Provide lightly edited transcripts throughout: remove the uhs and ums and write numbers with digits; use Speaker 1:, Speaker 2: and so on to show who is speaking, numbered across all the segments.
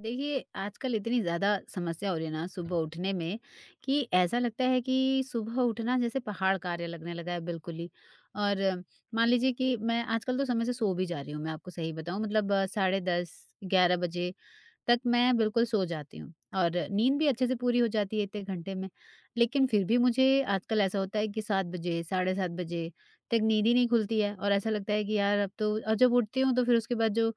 Speaker 1: देखिए, आजकल इतनी ज़्यादा समस्या हो रही है ना सुबह उठने में कि ऐसा लगता है कि सुबह उठना जैसे पहाड़ कार्य लगने लगा है बिल्कुल ही। और मान लीजिए कि मैं आजकल तो समय से सो भी जा रही हूँ, मैं आपको सही बताऊँ मतलब साढ़े 10, 11 बजे तक मैं बिल्कुल सो जाती हूँ और नींद भी अच्छे से पूरी हो जाती है इतने घंटे में। लेकिन फिर भी मुझे आजकल ऐसा होता है कि 7 बजे, साढ़े 7 बजे तक नींद ही नहीं खुलती है और ऐसा लगता है कि यार अब तो, और जब उठती हूँ तो फिर उसके बाद जो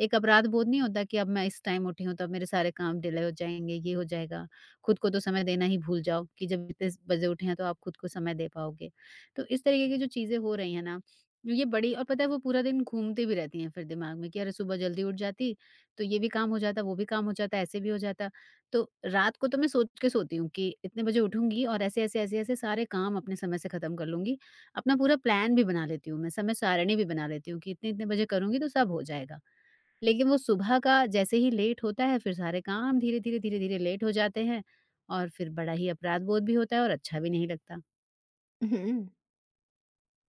Speaker 1: एक अपराध बोध नहीं होता कि अब मैं इस टाइम उठी हूँ तो अब मेरे सारे काम डिले हो जाएँगे, ये हो जाएगा। खुद को तो समय देना ही भूल जाओ कि जब इतने स बजे उठे हैं तो आप खुद को समय दे पाओगे। तो इस तरीके की जो चीज़ें हो रही हैं ना, ये बड़ी, और पता है वो पूरा दिन घूमती भी रहती हैं फिर दिमाग में कि अरे सुबह जल्दी उठ जाती तो ये भी काम हो जाता, वो भी काम हो जाता, ऐसे भी हो जाता। तो रात को तो मैं सोच के सोती हूँ कि इतने बजे उठूँगी और ऐसे, ऐसे, ऐसे, ऐसे सारे काम अपने समय से ख़त्म कर लूँगी। अपना पूरा प्लान भी बना लेती हूँ मैं, समय सारिणी भी बना लेती हूँ कि इतने-इतने बजे करूँगी तो सब हो जाएगा। लेकिन वो सुबह का जैसे ही लेट होता है फिर सारे काम धीरे-धीरे, धीरे-धीरे लेट हो जाते हैं और फिर बड़ा ही अपराध बोध भी होता है और अच्छा भी नहीं लगता।
Speaker 2: हुँ।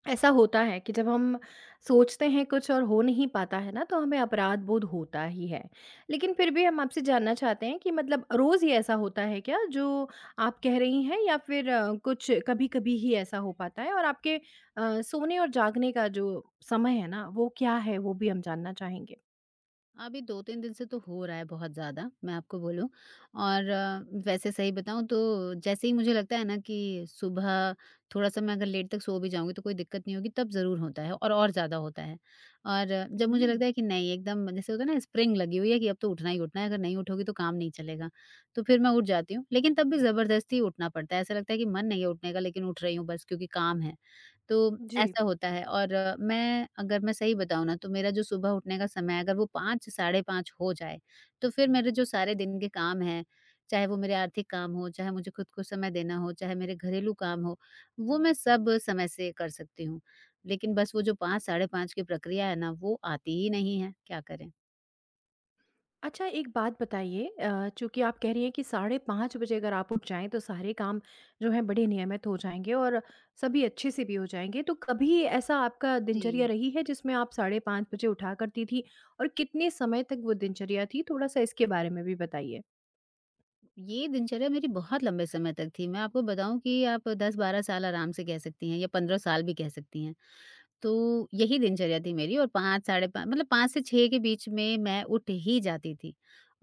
Speaker 2: ऐसा होता है कि जब हम सोचते हैं कुछ और हो नहीं पाता है ना, तो हमें अपराध बोध होता ही है। लेकिन फिर भी हम आपसे जानना चाहते हैं कि मतलब रोज़ ही ऐसा होता है क्या जो आप कह रही हैं, या फिर कुछ कभी-कभी ही ऐसा हो पाता है? और आपके सोने और जागने का जो समय है ना, वो क्या है? वो भी हम जानना चाहेंगे।
Speaker 1: अभी 2-3 दिन से तो हो रहा है बहुत ज़्यादा, मैं आपको बोलूँ। और वैसे सही बताऊँ तो जैसे ही मुझे लगता है ना कि सुबह थोड़ा-सा मैं अगर लेट तक सो भी जाऊँगी तो कोई दिक्कत नहीं होगी, तब ज़रूर होता है और ज़्यादा होता है। और जब मुझे
Speaker 2: हुँ।
Speaker 1: लगता है कि नहीं, एकदम जैसे होता है ना स्प्रिंग लगी हुई है कि अब तो उठना ही उठना है, अगर नहीं उठोगी तो काम नहीं चलेगा, तो फिर मैं उठ जाती हूँ। लेकिन तब भी ज़बरदस्ती उठना पड़ता है, ऐसा लगता है कि मन नहीं है उठने का, लेकिन उठ रही हूँ बस क्योंकि काम है। तो
Speaker 2: जी।
Speaker 1: ऐसा होता है। और मैं अगर मैं सही बताऊँ ना, तो मेरा जो सुबह उठने का समय है अगर वो 5 साढ़े 5 हो जाए, तो फिर मेरे जो सारे दिन के काम हैं, चाहे वो मेरे आर्थिक काम हो, चाहे मुझे खुद को समय देना हो, चाहे मेरे घरेलू काम हो, वो मैं सब समय से कर सकती हूँ। लेकिन बस वो जो 5 साढ़े 5 की प्रक्रिया है ना वो आती ही नहीं है, क्या करें?
Speaker 2: अच्छा, एक बात बताइए, चूँकि आप कह रही हैं कि साढ़े 5 बजे अगर आप उठ जाएँ तो सारे काम जो हैं बड़े नियमित हो जाएँगे और सभी अच्छे से भी हो जाएँगे। तो कभी ऐसा आपका दिनचर्या
Speaker 1: जी,
Speaker 2: रही है जिसमें आप साढ़े 5 बजे उठा करती थी, और कितने समय तक वो दिनचर्या थी? थोड़ा-सा इसके बारे में भी बताइए।
Speaker 1: ये दिनचर्या मेरी बहुत लंबे समय तक थी। मैं आपको बताऊँ कि आप 10-12 साल आराम से कह सकती हैं, या 15 साल भी कह सकती हैं। तो यही दिनचर्या थी मेरी, और 5 साढ़े 5 मतलब 5 से 6 के बीच में मैं उठ ही जाती थी।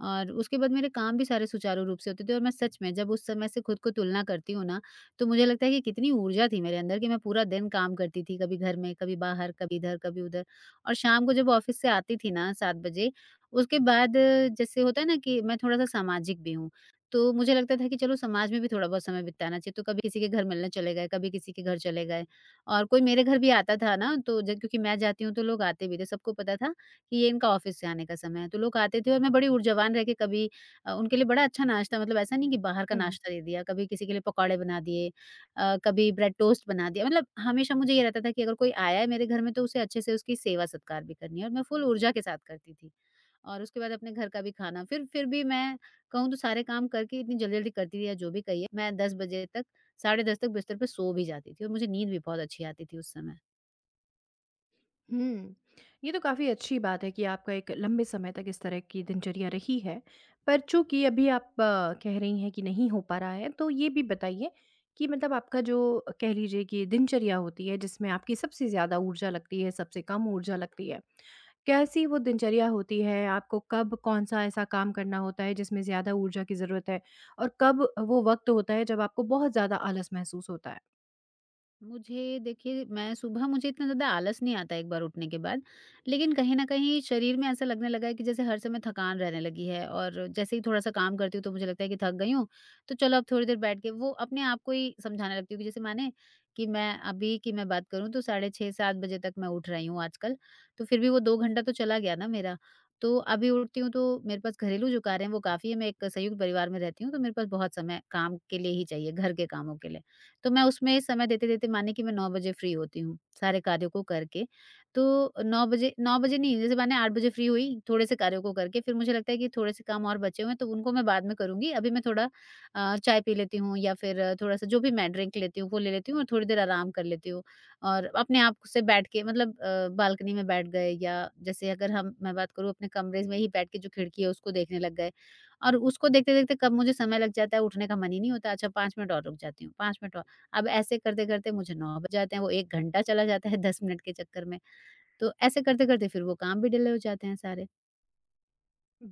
Speaker 1: और उसके बाद मेरे काम भी सारे सुचारू रूप से होते थे, और मैं सच में जब उस समय से खुद को तुलना करती हूँ ना, तो मुझे लगता है कि कितनी ऊर्जा थी मेरे अंदर कि मैं पूरा दिन काम करती थी, कभी घर में, कभी बाहर, कभी इधर, कभी उधर। और शाम को जब ऑफ़िस से आती थी ना 7 बजे, उसके बाद जैसे होता है ना कि मैं थोड़ा-सा सामाजिक भी हूँ, तो मुझे लगता था कि चलो समाज में भी थोड़ा बहुत समय बिताना चाहिए, तो कभी किसी के घर मिलने चले गए, कभी किसी के घर चले गए। और कोई मेरे घर भी आता था ना तो ज क्योंकि मैं जाती हूँ तो लोग आते भी थे, सबको पता था कि ये इनका ऑफ़िस से आने का समय है। तो लोग आते थे और मैं बड़ी ऊर्जावान रह के कभी उनके लिए बड़ा अच्छा नाश्ता, मतलब ऐसा नहीं कि बाहर का नाश्ता दे दिया, कभी किसी के लिए पकौड़े बना दिए, कभी ब्रेड टोस्ट बना दिया। मतलब हमेशा मुझे ये रहता था कि अगर कोई आया है मेरे घर में तो उसे अच्छे से उसकी सेवा-सत्कार भी करनी है, और मैं फुल ऊर्जा के साथ करती थी। और उसके बाद अपने घर का भी खाना, फिर भी मैं कहूँ तो सारे काम करके इतनी जल्दी-जल्दी करती थी, या जो भी कहिए, मैं 10 बजे तक, 10:30 तक बिस्तर पे सो भी जाती थी और मुझे नींद भी बहुत अच्छी आती थी उस समय।
Speaker 2: हुँ। ये तो काफ़ी अच्छी बात है कि आपका एक लंबे समय तक इस तरह की दिनचर्या रही है। पर चूँकि अभी आप कह रही हैं कि नहीं हो पा रहा है, तो ये भी बताइए कि मतलब आपका जो, कह लीजिए कि, दिनचर्या होती है जिसमें आपकी सबसे ज़्यादा ऊर्जा लगती है, सबसे कम ऊर्जा लगती है। कैसी वो दिनचर्या होती है? आपको कब कौन-सा ऐसा काम करना होता है जिसमें ज़्यादा ऊर्जा की ज़रूरत है? और कब वो वक़्त होता है जब आपको बहुत ज़्यादा आलस महसूस होता है?
Speaker 1: मुझे देखिए, मैं सुबह, मुझे इतना ज़्यादा आलस नहीं आता एक बार उठने के बाद। लेकिन कहीं न कहीं शरीर में ऐसा लगने लगा है कि जैसे हर समय थकान रहने लगी है, और जैसे ही थोड़ा-सा काम करती हूँ तो मुझे लगता है कि थक गई हूँ, तो चलो अब थोड़ी देर बैठ के, वो अपने आप को ही समझाने लगती हूँ कि जैसे माने कि मैं अभी की मैं बात करूँ तो साढ़े 6, 7 बजे तक मैं उठ रही हूँ आजकल, तो फिर भी वो 2 घंटा तो चला गया ना मेरा। तो अभी उठती हूँ तो मेरे पास घरेलू जो कार्य हैं वो काफ़ी है, मैं एक संयुक्त परिवार में रहती हूँ तो मेरे पास बहुत समय काम के लिए ही चाहिए, घर के कामों के लिए। तो मैं उसमें समय देते-देते, मानिए कि मैं 9 बजे फ्री होती हूँ सारे कार्यों को करके। तो 9 बजे, 9 बजे नहीं, जैसे मैंने 8 बजे फ्री हुई, थोड़े-से कार्यों को करके, फिर मुझे लगता है कि थोड़े-से काम और बचे हुए हैं, तो उनको मैं बाद में करूँगी। अभी मैं थोड़ा चाय पी लेती हूँ, या फिर थोड़ा-सा जो भी मैं ड्रिंक लेती हूँ, वो ले लेती हूँ और थोड़ी देर आराम कर लेती हूँ। और अपने आप से बैठ के, मतलब बालकनी में बैठ गए, या जैसे अगर हम मैं बात करूँ, अपने कमरे में ही बैठ के जो खिड़की है, उसको देखने लग गए। और उसको देखते-देखते कब मुझे समय लग जाता है, उठने का मन ही नहीं होता। अच्छा, 5 मिनट और रुक जाती हूँ, 5 मिनट और, अब ऐसे करते-करते मुझे 9 बज जाते हैं, वो 1 घंटा चला जाता है 10 मिनट के चक्कर में। तो ऐसे करते-करते फिर वो काम भी डिले हो जाते हैं सारे।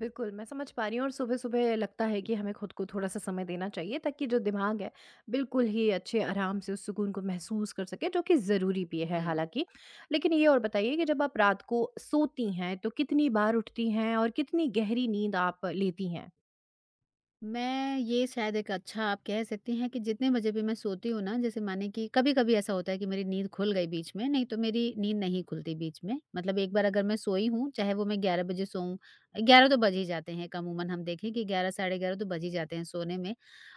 Speaker 2: बिल्कुल, मैं समझ पा रही हूँ, और सुबह-सुबह लगता है कि हमें खुद को थोड़ा-सा समय देना चाहिए ताकि जो दिमाग है, बिल्कुल ही अच्छे आराम से उस सुकून को महसूस कर सके, जो कि ज़रूरी भी है
Speaker 1: जी।
Speaker 2: हालाँकि। लेकिन ये और बताइए कि जब आप रात को सोती हैं, तो कितनी बार उठती हैं और कितनी गहरी नींद आप लेती हैं?
Speaker 1: मैं ये शायद, एक अच्छा आप कह सकती हैं कि जितने बजे भी मैं सोती हूँ ना, जैसे माने कि कभी-कभी ऐसा होता है कि मेरी नींद खुल गई बीच में, नहीं तो मेरी नींद नहीं खुलती बीच में। मतलब एक बार अगर मैं सोई हूँ, चाहे वो मैं 11 बजे सोऊँ, 11 तो बज ही जाते हैं अमूमन, हम देखें कि 11 साढ़े 11 तो बज ही जाते हैं सोने में।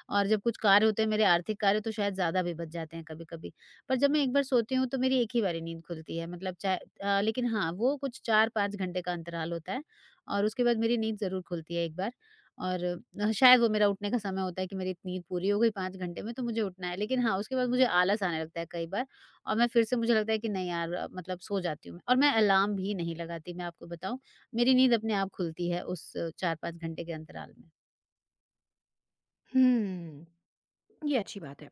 Speaker 1: और जब कुछ कार्य होते हैं मेरे आर्थिक कार्य तो शायद ज़्यादा भी बज जाते हैं कभी-कभी। पर जब मैं एक बार सोती हूँ तो मेरी एक ही बारी नींद खुलती है, मतलब चाहे लेकिन हाँ, वो कुछ 4-5 घंटे का अंतराल होता है और उसके बाद मेरी नींद ज़रूर खुलती है एक बार। और शायद वो मेरा उठने का समय होता है कि मेरी नींद पूरी हो गई 5 घंटे में तो मुझे उठना है। लेकिन हाँ, उसके बाद मुझे आलस आने लगता है कई बार, और मैं फिर से, मुझे लगता है कि नहीं यार, मतलब सो जाती हूँ मैं, और मैं अलार्म भी नहीं लगाती, मैं आपको बताऊँ। मेरी नींद अपने आप खुलती है उस 4-5 घंटे के अंतराल में।
Speaker 2: हुँ। ये अच्छी बात है।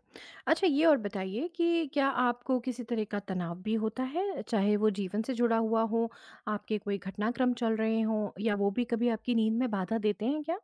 Speaker 2: अच्छा, ये और बताइए कि क्या आपको किसी तरह का तनाव भी होता है? चाहे वो जीवन से जुड़ा हुआ हो, आपके कोई घटनाक्रम चल रहे हों, या वो भी कभी आपकी नींद में बाधा देते हैं क्या?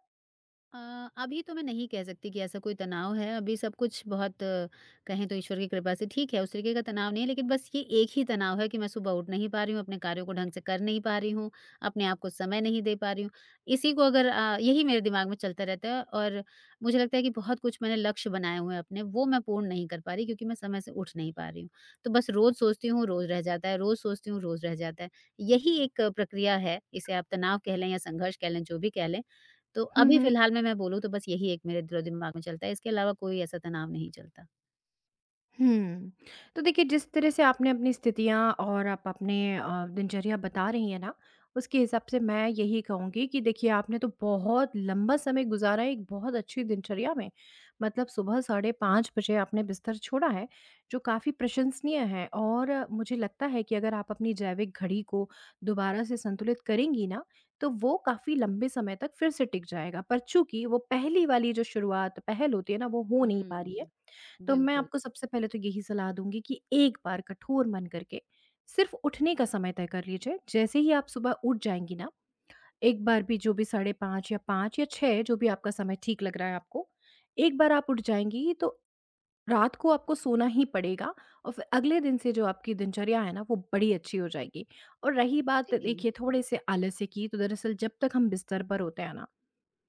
Speaker 1: अ, अभी तो मैं नहीं कह सकती कि ऐसा कोई तनाव है, अभी सब कुछ बहुत कहें तो ईश्वर की कृपा से ठीक है, उस तरीके का तनाव नहीं है, लेकिन बस ये एक ही तनाव है कि मैं सुबह उठ नहीं पा रही हूँ, अपने कार्यों को ढंग से कर नहीं पा रही हूँ, अपने आप को समय नहीं दे पा रही हूँ। इसी को अगर यही मेरे दिमाग में चलता रहता है, और मुझे लगता है कि बहुत कुछ मैंने लक्ष्य बनाए हुए हैं अपने, वो मैं पूर्ण नहीं कर पा रही क्योंकि मैं समय से उठ नहीं पा रही हूँ। तो बस रोज़ सोचती हूँ, रोज़ रह जाता है, रोज़ सोचती हूँ, रोज़ रह जाता है। यही एक प्रक्रिया है, इसे आप तनाव कह लें या संघर्ष कह लें, जो भी कह लें। तो अभी फ़िलहाल में मैं बोलूँ तो बस यही एक मेरे दिलो दिमाग में चलता है, इसके अलावा कोई ऐसा तनाव नहीं चलता।
Speaker 2: हुँ। तो देखिए, जिस तरह से आपने अपनी स्थितियाँ और आप अपने दिनचर्या बता रही हैं ना, उसके हिसाब से मैं यही कहूँगी कि देखिए, आपने तो बहुत लंबा समय गुज़ारा है एक बहुत अच्छी दिनचर्या में। मतलब सुबह साढ़े 5 बजे आपने बिस्तर छोड़ा है, जो काफ़ी प्रशंसनीय है। और मुझे लगता है कि अगर आप अपनी जैविक घड़ी को दोबारा से संतुलित करेंगी ना, तो वो काफ़ी लंबे समय तक फिर से टिक जाएगा। पर चूँकि वो पहली वाली जो शुरुआत, पहल होती है ना, वो हो नहीं पा रही है,
Speaker 1: हुँ,
Speaker 2: तो मैं
Speaker 1: बिल्कुल।
Speaker 2: आपको सबसे पहले तो यही सलाह दूंगी कि एक बार कठोर मन करके सिर्फ उठने का समय तय कर लीजिए। जैसे ही आप सुबह उठ जाएंगी ना, एक बार भी, जो भी 5:30 या 5 या 6, जो भी आपका समय ठीक लग रहा है आपको, एक बार आप उठ जाएंगी तो रात को आपको सोना ही पड़ेगा, और फिर अगले दिन से जो आपकी दिनचर्या है ना, वो बड़ी अच्छी हो जाएगी। और रही बात
Speaker 1: जी,
Speaker 2: देखिए थोड़े से आलस्य की, तो दरअसल जब तक हम बिस्तर पर होते हैं ना,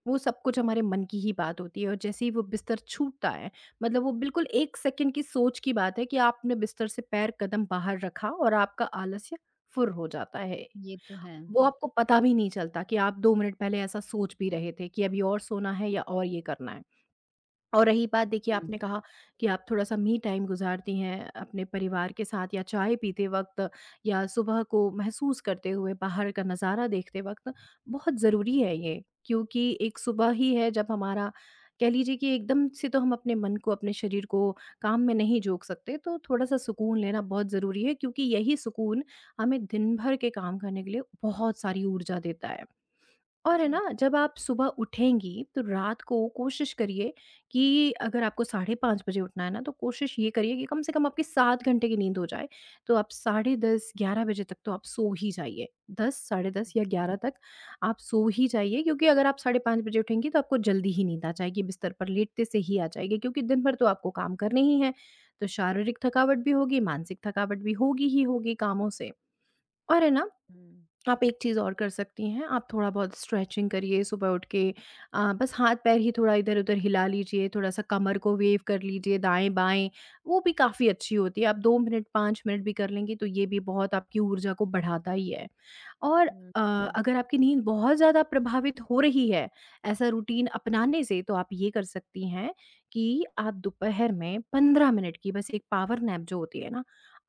Speaker 2: वो सब कुछ हमारे मन की ही बात होती है। और जैसे ही वो बिस्तर छूटता है, मतलब वो बिल्कुल 1 सेकंड की सोच की बात है कि आपने बिस्तर से पैर, कदम बाहर रखा और आपका आलस्य फुर हो जाता है।
Speaker 1: ये तो है।
Speaker 2: वो हुँ। आपको पता भी नहीं चलता कि आप 2 मिनट पहले ऐसा सोच भी रहे थे कि अभी और सोना है, या और ये करना है। और रही बात देखिए,
Speaker 1: हुँ।
Speaker 2: आपने कहा कि आप थोड़ा-सा मी टाइम गुज़ारती हैं अपने परिवार के साथ, या चाय पीते वक़्त, या सुबह को महसूस करते हुए बाहर का नज़ारा देखते वक़्त, बहुत ज़रूरी है ये। क्योंकि एक सुबह ही है जब हमारा, कह लीजिए कि, एकदम से तो हम अपने मन को, अपने शरीर को काम में नहीं जोक सकते, तो थोड़ा-सा सुकून लेना बहुत ज़रूरी है। क्योंकि यही सुकून हमें दिन भर के काम करने के लिए बहुत सारी ऊर्जा देता है। और है ना,
Speaker 1: जी,
Speaker 2: जब आप सुबह उठेंगी तो रात को कोशिश करिए कि अगर आपको साढ़े 5 बजे उठना है ना, तो कोशिश ये करिए कि कम से कम आपकी 7 घंटे की नींद हो जाए। तो आप साढ़े 10, 11 बजे तक तो आप सो ही जाइए। 10, साढ़े 10 या
Speaker 1: जी।
Speaker 2: 11 तक आप सो ही जाइए। क्योंकि अगर आप साढ़े 5 बजे उठेंगी तो आपको जल्दी ही नींद आ जाएगी, बिस्तर पर लेटते से ही आ जाएगी, क्योंकि दिन भर तो आपको काम करने ही हैं। तो शारीरिक थकावट भी होगी, मानसिक थकावट भी होगी ही होगी कामों से। और है ना,
Speaker 1: हुँ,
Speaker 2: आप एक चीज़ और कर सकती हैं, आप थोड़ा-बहुत स्ट्रेचिंग करिए सुबह उठ के। बस हाथ-पैर ही थोड़ा इधर-उधर हिला लीजिए, थोड़ा-सा कमर को वेव कर लीजिए दाएँ-बाएँ, वो भी काफ़ी अच्छी होती है। आप 2 मिनट, 5 मिनट भी कर लेंगी तो ये भी बहुत आपकी ऊर्जा को बढ़ाता ही है। और
Speaker 1: हुँ,
Speaker 2: अ,
Speaker 1: हुँ,
Speaker 2: अगर आपकी नींद बहुत ज़्यादा प्रभावित हो रही है, ऐसा रूटीन अपनाने से, तो आप ये कर सकती हैं कि आप दोपहर में 15 मिनट की बस एक पावर नैप जो होती है ना,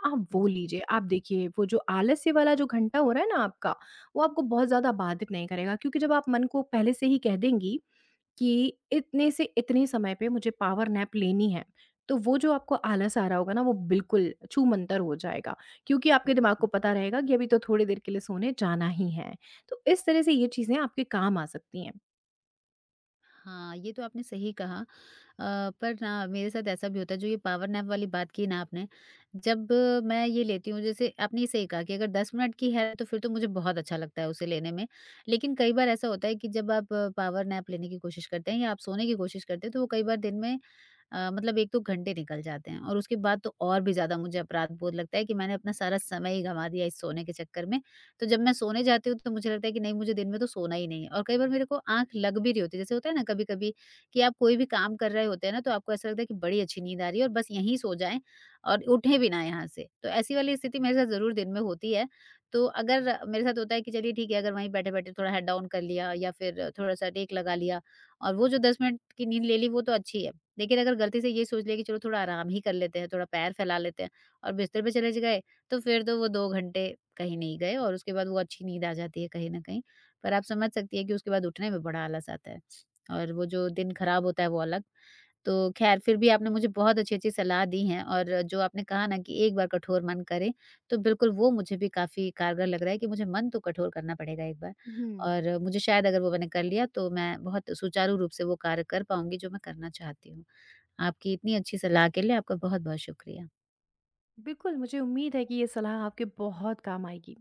Speaker 2: आप वो
Speaker 1: जी।
Speaker 2: लीजिए। आप देखिए, वो जो आलस्य वाला जो घंटा हो रहा है ना आपका, वो आपको बहुत ज़्यादा बाधित नहीं करेगा। क्योंकि जब आप मन को पहले से ही कह देंगी कि इतने से इतने समय पे मुझे पावर नैप लेनी है, तो वो जो आपको आलस आ रहा होगा ना, वो बिल्कुल छूमंतर हो जाएगा। क्योंकि आपके दिमाग को
Speaker 1: ओह!
Speaker 2: पता रहेगा कि अभी तो थोड़ी देर के लिए सोने जाना ही है। तो इस तरह से ये चीज़ें आपके काम आ सकती हैं।
Speaker 1: हाँ, ये तो आपने सही कहा। पर ना, मेरे साथ ऐसा भी होता है, जो ये पावर नैप वाली बात की ना आपने, जब मैं ये लेती हूँ, जैसे आपने ये सही कहा कि अगर 10 मिनट की है तो फिर तो मुझे बहुत अच्छा लगता है उसे लेने में। लेकिन कई बार ऐसा होता है कि जब आप पावर नैप लेने की कोशिश करते हैं, या आप सोने की कोशिश करते हैं, तो वो कई बार दिन में मतलब एक तो घंटे निकल जाते हैं, और उसके बाद तो और भी ज़्यादा मुझे अपराध-बोध लगता है कि मैंने अपना सारा समय ही गँवा दिया इस सोने के चक्कर में। तो जब मैं सोने जाती हूँ तो मुझे लगता है कि नहीं, मुझे दिन में तो सोना ही नहीं है, और कई बार मेरे को आँख लग भी रही होती है। जैसे होता है ना कभी-कभी कि आप कोई भी काम कर रहे होते हैं ना, तो आपको ऐसा लगता है कि बड़ी अच्छी नींद आ रही है और बस यहीं सो जाएँ और उठें भी ना यहाँ से। तो ऐसी वाली स्थिति मेरे साथ ज़रूर दिन में होती है। तो अगर मेरे साथ होता है कि चलिए ठीक है, अगर वहीं बैठे-बैठे थोड़ा हेड डाउन कर लिया, या फिर थोड़ा-सा टेक लगा लिया, और वो जो 10 मिनट की नींद ले ली, वो तो अच्छी है। लेकिन अगर गलती से ये सोच लिया कि चलो थोड़ा आराम ही कर लेते हैं, थोड़ा पैर फैला लेते हैं, और बिस्तर पे चले ज गए, तो फिर तो वो 2 घंटे कहीं नहीं गए, और उसके बाद वो अच्छी नींद आ जाती है कहीं न कहीं। पर आप समझ सकती हैं कि उसके बाद उठने में बड़ा आलस आता है, और वो जो दिन खराब होता है वो अलग। तो ख़ैर, फिर भी आपने मुझे बहुत अच्छी-अच्छी सलाह दी हैं, और जो आपने कहा ना कि एक बार कठोर मन करें, तो बिल्कुल वो मुझे भी काफ़ी कारगर लग रहा है कि मुझे मन तो कठोर करना पड़ेगा एक बार,
Speaker 2: हुँ।
Speaker 1: और मुझे शायद अगर वो मैंने कर लिया तो मैं बहुत सुचारू रूप से वो कार्य कर पाऊँगी जो मैं करना चाहती हूँ। आपकी इतनी अच्छी सलाह के लिए आपका बहुत-बहुत शुक्रिया।
Speaker 2: बिल्कुल, मुझे उम्मीद है कि ये सलाह आपके बहुत काम आएगी।